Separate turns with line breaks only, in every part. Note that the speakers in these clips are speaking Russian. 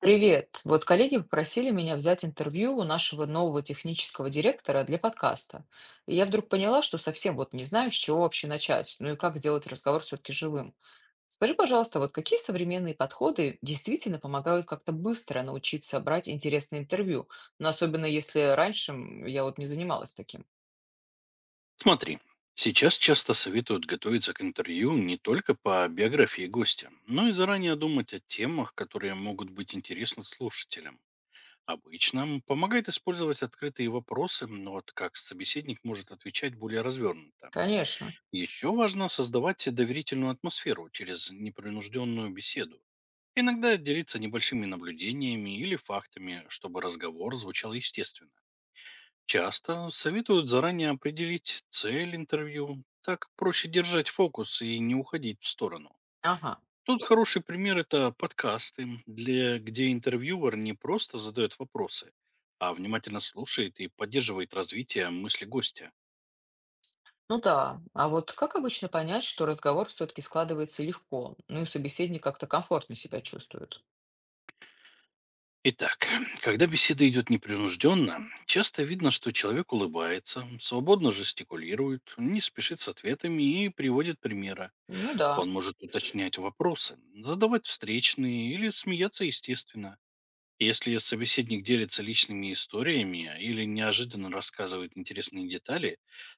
Привет. Вот коллеги попросили меня взять интервью у нашего нового технического директора для подкаста. И я вдруг поняла, что совсем вот не знаю, с чего вообще начать, ну и как сделать разговор все-таки живым. Скажи, пожалуйста, вот какие современные подходы действительно помогают как-то быстро научиться брать интересное интервью? Ну, особенно если раньше я вот не занималась таким.
Смотри, сейчас часто советуют готовиться к интервью не только по биографии гостя, но и заранее думать о темах, которые могут быть интересны слушателям. Обычно помогает использовать открытые вопросы, но вот как собеседник может отвечать более развернуто.
Конечно.
Еще важно создавать доверительную атмосферу через непринужденную беседу. Иногда делиться небольшими наблюдениями или фактами, чтобы разговор звучал естественно. Часто советуют заранее определить цель интервью. Так проще держать фокус и не уходить в сторону.
Ага.
Тут хороший пример– это подкасты, где интервьюер не просто задает вопросы, а внимательно слушает и поддерживает развитие мысли гостя.
Ну да, а вот как обычно понять, что разговор все-таки складывается легко, ну и собеседник как-то комфортно себя чувствует?
Итак, когда беседа идет непринужденно, часто видно, что человек улыбается, свободно жестикулирует, не спешит с ответами и приводит примеры.
Ну да.
Он может уточнять вопросы, задавать встречные или смеяться естественно. Если собеседник делится личными историями или неожиданно рассказывает интересные детали,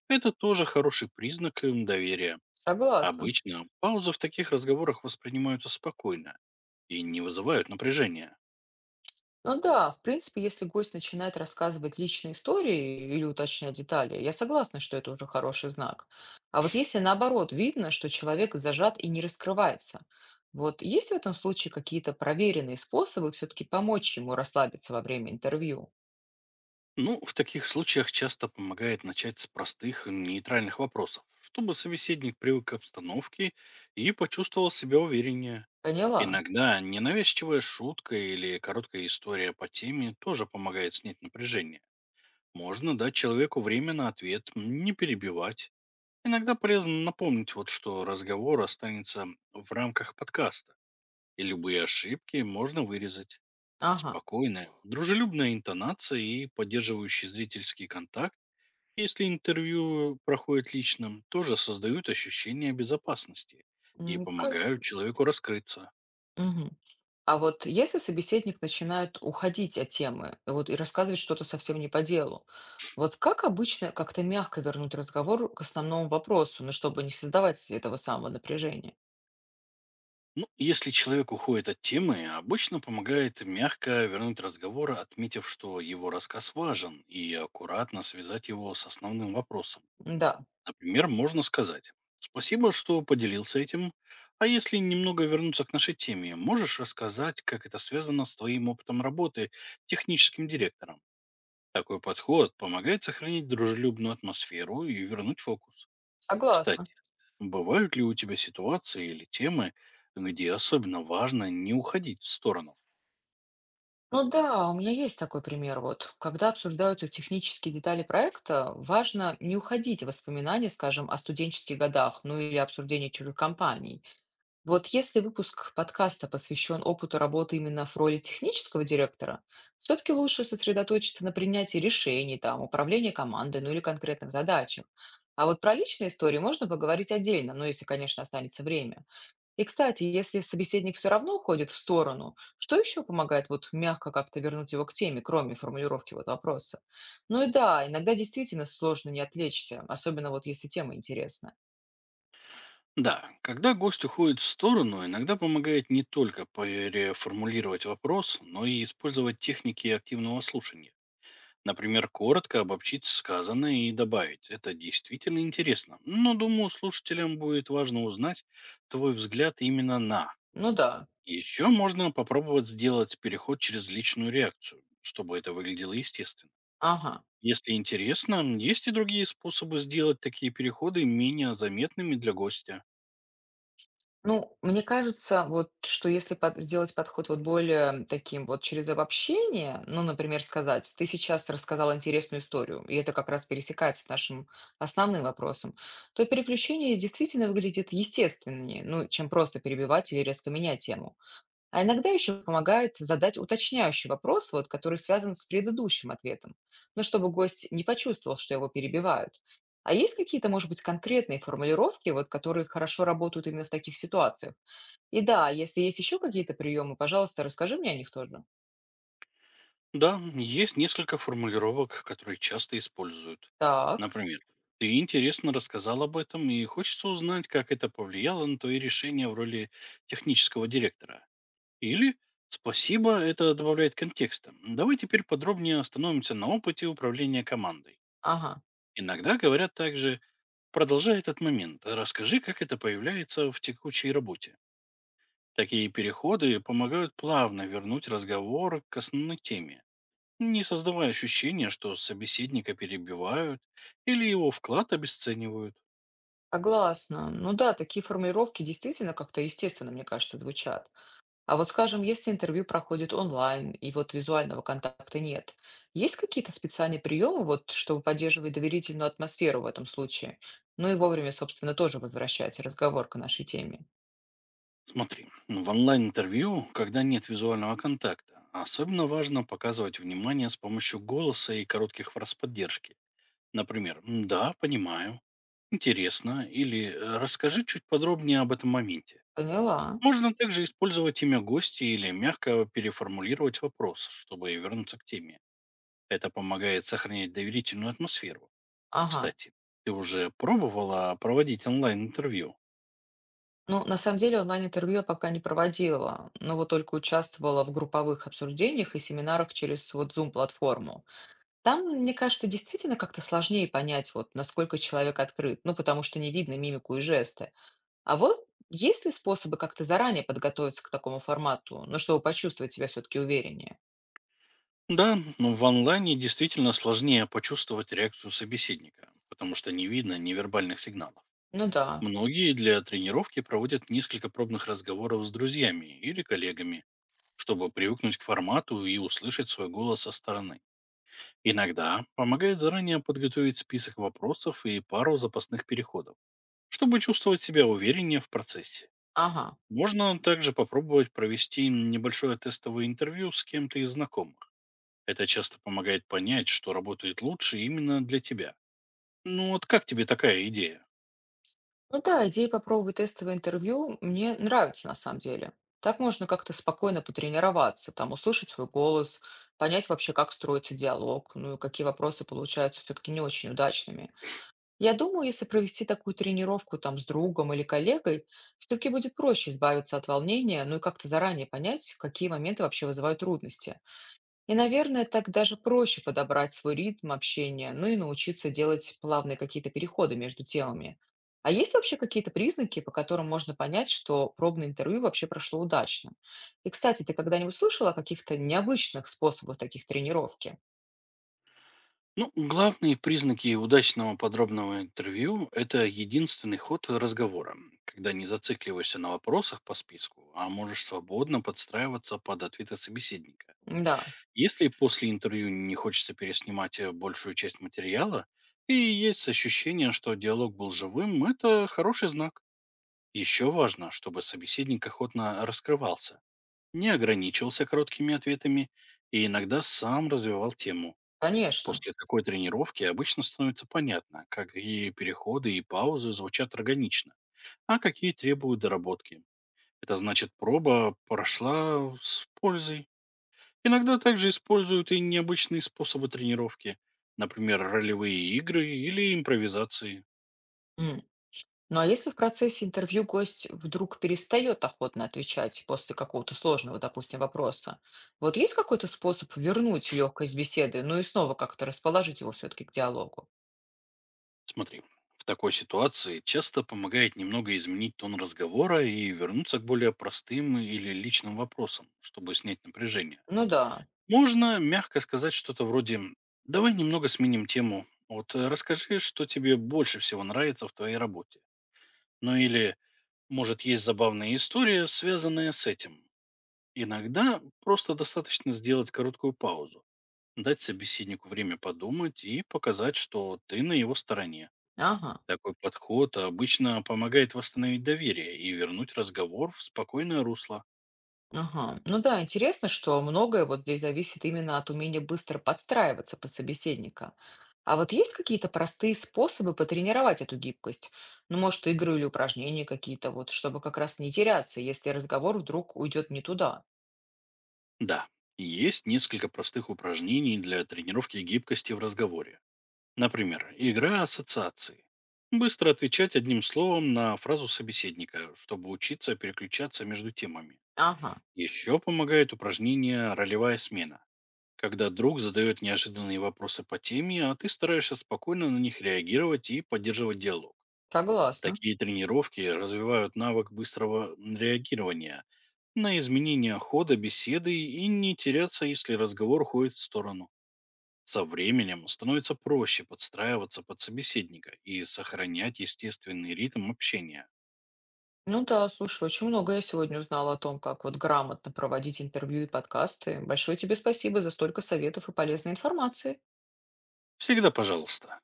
это тоже хороший признак им доверия.
Согласна.
Обычно паузы в таких разговорах воспринимаются спокойно и не вызывают напряжения.
Ну да, в принципе, если гость начинает рассказывать личные истории или уточнять детали, я согласна, что это уже хороший знак. А вот если наоборот видно, что человек зажат и не раскрывается, вот есть в этом случае какие-то проверенные способы все-таки помочь ему расслабиться во время интервью?
Ну, в таких случаях часто помогает начать с простых нейтральных вопросов, чтобы собеседник привык к обстановке и почувствовал себя увереннее.
Поняла.
Иногда ненавязчивая шутка или короткая история по теме тоже помогает снять напряжение. Можно дать человеку время на ответ, не перебивать. Иногда полезно напомнить, вот, что разговор останется в рамках подкаста, и любые ошибки можно вырезать.
Ага.
Спокойная, дружелюбная интонация и поддерживающий зрительский контакт, если интервью проходит лично, тоже создают ощущение безопасности и
М.
помогают человеку раскрыться.
Мгм. А вот если собеседник начинает уходить от темы, и вот и рассказывать что-то совсем не по делу, вот как обычно как-то мягко вернуть разговор к основному вопросу, ну, чтобы не создавать этого самого напряжения?
Ну, если человек уходит от темы, обычно помогает мягко вернуть разговор, отметив, что его рассказ важен, и аккуратно связать его с основным вопросом.
Да,
Например, можно сказать: «Спасибо, что поделился этим. А если немного вернуться к нашей теме, можешь рассказать, как это связано с твоим опытом работы техническим директором?» Такой подход помогает сохранить дружелюбную атмосферу и вернуть фокус.
согласна.
Кстати, бывают ли у тебя ситуации или темы, где особенно важно не уходить в сторону?
Ну да, у меня есть такой пример. Вот, когда обсуждаются технические детали проекта, важно не уходить в воспоминания, скажем, о студенческих годах, ну или обсуждении чужих компаний. Вот если выпуск подкаста посвящен опыту работы именно в роли технического директора, все-таки лучше сосредоточиться на принятии решений, там, управлении командой, ну или конкретных задачах. А вот про личные истории можно поговорить отдельно, ну если, конечно, останется время. И, кстати, если собеседник все равно уходит в сторону, что еще помогает вот мягко как-то вернуть его к теме, кроме формулировки вот вопроса? Ну и да, иногда действительно сложно не отвлечься, особенно вот если тема интересна.
Да, когда гость уходит в сторону, иногда помогает не только переформулировать вопрос, но и использовать техники активного слушания. Например, коротко обобщить сказанное и добавить. Это действительно интересно, но думаю, слушателям будет важно узнать твой взгляд именно на.
Ну да,
Еще можно попробовать сделать переход через личную реакцию, чтобы это выглядело естественно.
ага.
Если интересно, есть и другие способы сделать такие переходы менее заметными для гостя.
Ну, мне кажется, вот что если сделать подход вот более таким вот через обобщение, ну, например, сказать, ты сейчас рассказал интересную историю, и это как раз пересекается с нашим основным вопросом, то переключение действительно выглядит естественнее, ну, чем просто перебивать или резко менять тему. А иногда еще помогает задать уточняющий вопрос, вот, который связан с предыдущим ответом, но чтобы гость не почувствовал, что его перебивают. А есть какие-то, может быть, конкретные формулировки, вот, которые хорошо работают именно в таких ситуациях? И да, если есть еще какие-то приемы, пожалуйста, расскажи мне о них тоже.
Да, есть несколько формулировок, которые часто используют.
Так,
Например, ты интересно рассказал об этом и хочется узнать, как это повлияло на твои решения в роли технического директора. Или спасибо, это добавляет контекста. Давай теперь подробнее остановимся на опыте управления командой.
ага,
Иногда говорят также, продолжай этот момент, расскажи, как это появляется в текущей работе. Такие переходы помогают плавно вернуть разговор к основной теме, не создавая ощущения, что собеседника перебивают или его вклад обесценивают.
согласна. Ну да, такие формулировки действительно как-то естественно, мне кажется, звучат. А вот, скажем, если интервью проходит онлайн и вот визуального контакта нет, есть какие-то специальные приемы, вот, чтобы поддерживать доверительную атмосферу в этом случае? Ну и вовремя, собственно, тоже возвращать разговор к нашей теме.
Смотри, ну, в онлайн-интервью, когда нет визуального контакта, особенно важно показывать внимание с помощью голоса и коротких фраз поддержки. Например, «Да, понимаю», «Интересно» или «Расскажи чуть подробнее об этом моменте».
Поняла.
Можно также использовать имя гостя или мягко переформулировать вопрос, чтобы вернуться к теме. Это помогает сохранять доверительную атмосферу.
Ага.
Кстати, ты уже пробовала проводить онлайн-интервью?
Ну, на самом деле онлайн-интервью я пока не проводила, но вот только участвовала в групповых обсуждениях и семинарах через вот Zoom-платформу. Там, мне кажется, действительно как-то сложнее понять, вот, насколько человек открыт, ну, потому что не видно мимику и жесты. А вот есть ли способы как-то заранее подготовиться к такому формату, ну, чтобы почувствовать себя все-таки увереннее?
Да, но в онлайне действительно сложнее почувствовать реакцию собеседника, потому что не видно невербальных сигналов.
Ну да,
Многие для тренировки проводят несколько пробных разговоров с друзьями или коллегами, чтобы привыкнуть к формату и услышать свой голос со стороны. Иногда помогает заранее подготовить список вопросов и пару запасных переходов, чтобы чувствовать себя увереннее в процессе.
ага.
Можно также попробовать провести небольшое тестовое интервью с кем-то из знакомых. Это часто помогает понять, что работает лучше именно для тебя. Ну вот как тебе такая идея?
Ну да, идея попробовать тестовое интервью мне нравится на самом деле. Так можно как-то спокойно потренироваться, там, услышать свой голос, понять вообще, как строится диалог, ну и какие вопросы получаются все-таки не очень удачными. Я думаю, если провести такую тренировку там с другом или коллегой, все-таки будет проще избавиться от волнения, ну и как-то заранее понять, какие моменты вообще вызывают трудности. И, наверное, так даже проще подобрать свой ритм общения, ну и научиться делать плавные какие-то переходы между темами. А есть вообще какие-то признаки, по которым можно понять, что пробное интервью вообще прошло удачно? И, кстати, ты когда-нибудь слышала о каких-то необычных способах таких тренировки?
Ну, главные признаки удачного подробного интервью– это единственный ход разговора, когда не зацикливаешься на вопросах по списку, а можешь свободно подстраиваться под ответы собеседника.
Да,
Если после интервью не хочется переснимать большую часть материала, и есть ощущение, что диалог был живым, это хороший знак. Еще важно, чтобы собеседник охотно раскрывался, не ограничивался короткими ответами и иногда сам развивал тему.
конечно.
После такой тренировки обычно становится понятно, как и переходы и паузы звучат органично, а какие требуют доработки. Это значит, проба прошла с пользой. Иногда также используют и необычные способы тренировки, например, ролевые игры или импровизации.
Ну а если в процессе интервью гость вдруг перестает охотно отвечать после какого-то сложного, допустим, вопроса, вот есть какой-то способ вернуть легкость беседы, ну и снова как-то расположить его все-таки к диалогу?
Смотри, в такой ситуации часто помогает немного изменить тон разговора и вернуться к более простым или личным вопросам, чтобы снять напряжение.
Ну да,
Можно мягко сказать что-то вроде «давай немного сменим тему», расскажи, что тебе больше всего нравится в твоей работе. Ну или, может, есть забавная история, связанная с этим. Иногда просто достаточно сделать короткую паузу, дать собеседнику время подумать и показать, что ты на его стороне.
ага,
Такой подход обычно помогает восстановить доверие и вернуть разговор в спокойное русло.
ага. Ну да, интересно, что многое вот здесь зависит именно от умения быстро подстраиваться под собеседника. А вот есть какие-то простые способы потренировать эту гибкость? Ну, может, игры или упражнения какие-то, вот, чтобы как раз не теряться, если разговор вдруг уйдет не туда.
Да, есть несколько простых упражнений для тренировки гибкости в разговоре. Например, игра ассоциации. Быстро отвечать одним словом на фразу собеседника, чтобы учиться переключаться между темами.
Ага.
Еще помогает упражнение «Ролевая смена». Когда друг задает неожиданные вопросы по теме, а ты стараешься спокойно на них реагировать и поддерживать диалог.
Согласна.
Такие тренировки развивают навык быстрого реагирования на изменения хода беседы и не теряться, если разговор уходит в сторону. Со временем становится проще подстраиваться под собеседника и сохранять естественный ритм общения.
Ну да, слушай, очень много я сегодня узнала о том, как вот грамотно проводить интервью и подкасты. Большое тебе спасибо за столько советов и полезной информации.
Всегда пожалуйста.